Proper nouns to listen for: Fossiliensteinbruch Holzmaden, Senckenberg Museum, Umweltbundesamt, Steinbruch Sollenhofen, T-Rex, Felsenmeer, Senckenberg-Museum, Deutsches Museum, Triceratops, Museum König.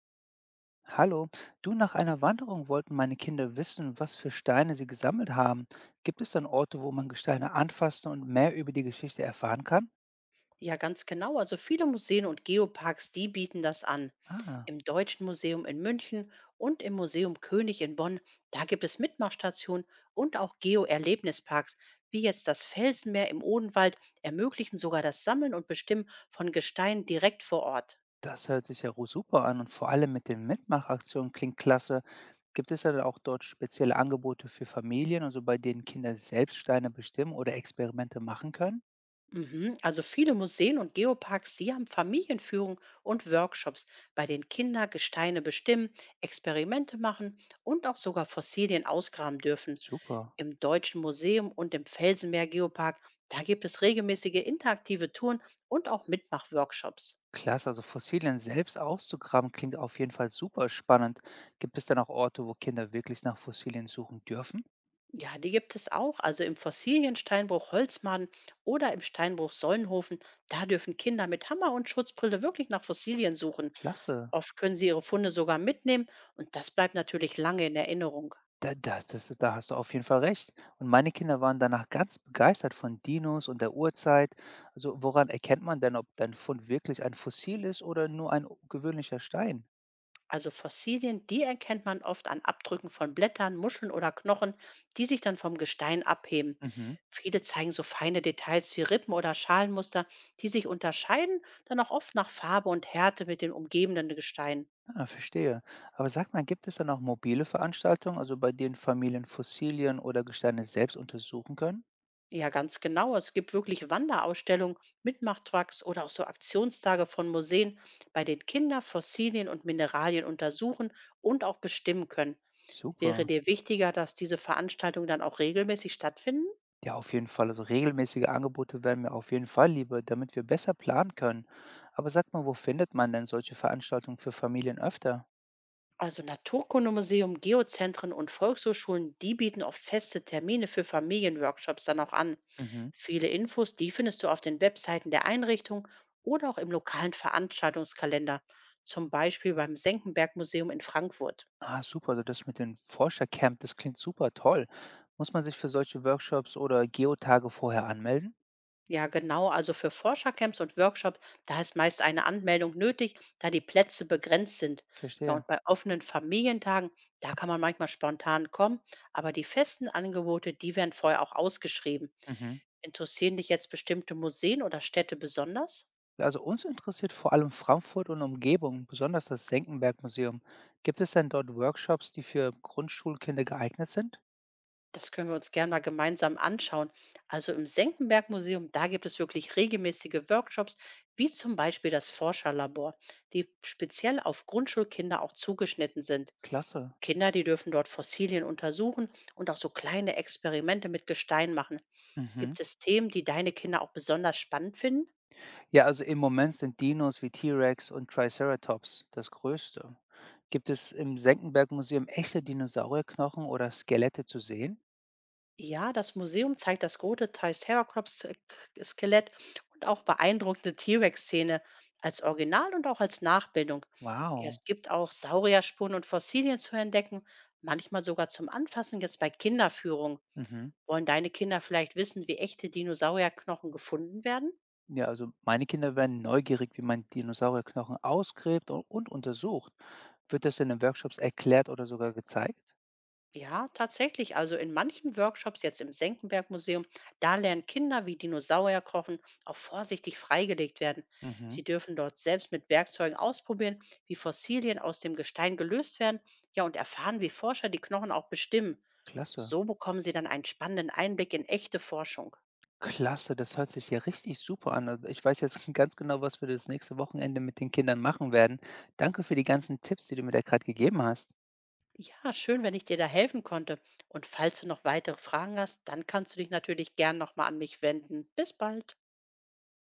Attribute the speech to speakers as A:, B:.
A: Hallo, du, nach einer Wanderung wollten meine Kinder wissen, was für Steine sie gesammelt haben. Gibt es dann Orte, wo man Gesteine anfassen und mehr über die Geschichte erfahren kann?
B: Ja, ganz genau. Also viele Museen und Geoparks, die bieten das an.
A: Ah,
B: Im Deutschen Museum in München und im Museum König in Bonn, da gibt es Mitmachstationen und auch Geo-Erlebnisparks, wie jetzt das Felsenmeer im Odenwald, ermöglichen sogar das Sammeln und Bestimmen von Gestein direkt vor Ort.
A: das hört sich ja super an und vor allem mit den Mitmachaktionen klingt klasse. Gibt es dann auch dort spezielle Angebote für Familien, also bei denen Kinder selbst Steine bestimmen oder Experimente machen können?
B: Mhm. Also viele Museen und Geoparks, die haben Familienführung und Workshops, bei denen Kinder Gesteine bestimmen, Experimente machen und auch sogar Fossilien ausgraben dürfen.
A: Super.
B: Im Deutschen Museum und im Felsenmeer Geopark, da gibt es regelmäßige interaktive Touren und auch Mitmachworkshops.
A: Klasse, also Fossilien selbst auszugraben klingt auf jeden Fall super spannend. Gibt es dann auch Orte, wo Kinder wirklich nach Fossilien suchen dürfen?
B: Ja, die gibt es auch. Also im Fossiliensteinbruch Holzmaden oder im Steinbruch Sollenhofen. Da dürfen Kinder mit Hammer und Schutzbrille wirklich nach Fossilien suchen.
A: Klasse.
B: Oft können sie ihre Funde sogar mitnehmen und das bleibt natürlich lange in Erinnerung.
A: Da das das da hast du auf jeden Fall recht. Und meine Kinder waren danach ganz begeistert von Dinos und der Urzeit. Also, woran erkennt man denn, ob dein Fund wirklich ein Fossil ist oder nur ein gewöhnlicher Stein?
B: Also Fossilien, die erkennt man oft an Abdrücken von Blättern, Muscheln oder Knochen, die sich dann vom Gestein abheben.
A: Mhm.
B: Viele zeigen so feine Details wie Rippen oder Schalenmuster, die sich unterscheiden, dann auch oft nach Farbe und Härte mit den umgebenden Gesteinen.
A: Ah, verstehe. Aber sag mal, gibt es dann auch mobile Veranstaltungen, also bei denen Familien Fossilien oder Gesteine selbst untersuchen können?
B: Ja, ganz genau. Es gibt wirklich Wanderausstellungen, Mitmachtracks oder auch so Aktionstage von Museen, bei denen Kinder Fossilien und Mineralien untersuchen und auch bestimmen können.
A: Super.
B: Wäre dir wichtiger, dass diese Veranstaltungen dann auch regelmäßig stattfinden?
A: Ja, auf jeden Fall. Also regelmäßige Angebote wären mir auf jeden Fall lieber, damit wir besser planen können. Aber sag mal, wo findet man denn solche Veranstaltungen für Familien öfter?
B: Also Naturkundemuseum, Geozentren und Volkshochschulen, die bieten oft feste Termine für Familienworkshops dann auch an.
A: Mhm.
B: Viele Infos, die findest du auf den Webseiten der Einrichtung oder auch im lokalen Veranstaltungskalender, zum Beispiel beim Senckenberg-Museum in Frankfurt.
A: Ah, super, also das mit dem Forschercamp, das klingt super toll. Muss man sich für solche Workshops oder Geotage vorher anmelden?
B: Ja, genau, also für Forschercamps und Workshops, da ist meist eine Anmeldung nötig, da die Plätze begrenzt sind. Ja,
A: Verstehe.
B: und bei offenen Familientagen, da kann man manchmal spontan kommen, aber die festen Angebote, die werden vorher auch ausgeschrieben.
A: Mhm.
B: Interessieren dich jetzt bestimmte Museen oder Städte besonders?
A: Also uns interessiert vor allem Frankfurt und Umgebung, besonders das Senckenberg-Museum. Gibt es denn dort Workshops, die für Grundschulkinder geeignet sind?
B: Das können wir uns gerne mal gemeinsam anschauen. Also im Senckenberg Museum, da gibt es wirklich regelmäßige Workshops, wie zum Beispiel das Forscherlabor, die speziell auf Grundschulkinder auch zugeschnitten sind.
A: Klasse.
B: Kinder, die dürfen dort Fossilien untersuchen und auch so kleine Experimente mit Gestein machen.
A: Mhm.
B: Gibt es Themen, die deine Kinder auch besonders spannend finden?
A: Ja, also im Moment sind Dinos wie T-Rex und Triceratops das Größte. Gibt es im Senckenberg-Museum echte Dinosaurierknochen oder Skelette zu sehen?
B: Ja, das Museum zeigt das rote Triceratops-Skelett und auch beeindruckende T-Rex-Szene als Original und auch als Nachbildung.
A: Wow.
B: Es gibt auch Saurierspuren und Fossilien zu entdecken, manchmal sogar zum Anfassen jetzt bei Kinderführungen.
A: Mhm.
B: Wollen deine Kinder vielleicht wissen, wie echte Dinosaurierknochen gefunden werden?
A: Ja, also meine Kinder werden neugierig, wie man Dinosaurierknochen ausgräbt und untersucht. Wird das denn in Workshops erklärt oder sogar gezeigt?
B: Ja, tatsächlich. Also in manchen Workshops, jetzt im Senckenberg-Museum, da lernen Kinder, wie Dinosaurier kochen, auch vorsichtig freigelegt werden.
A: Mhm,
B: Sie dürfen dort selbst mit Werkzeugen ausprobieren, wie Fossilien aus dem Gestein gelöst werden, ja, und erfahren, wie Forscher die Knochen auch bestimmen.
A: klasse.
B: So bekommen sie dann einen spannenden Einblick in echte Forschung.
A: Klasse, das hört sich ja richtig super an. Also ich weiß jetzt ganz genau, was wir das nächste Wochenende mit den Kindern machen werden. Danke für die ganzen Tipps, die du mir da gerade gegeben hast.
B: Ja, schön, wenn ich dir da helfen konnte. Und falls du noch weitere Fragen hast, dann kannst du dich natürlich gern nochmal an mich wenden. Bis bald.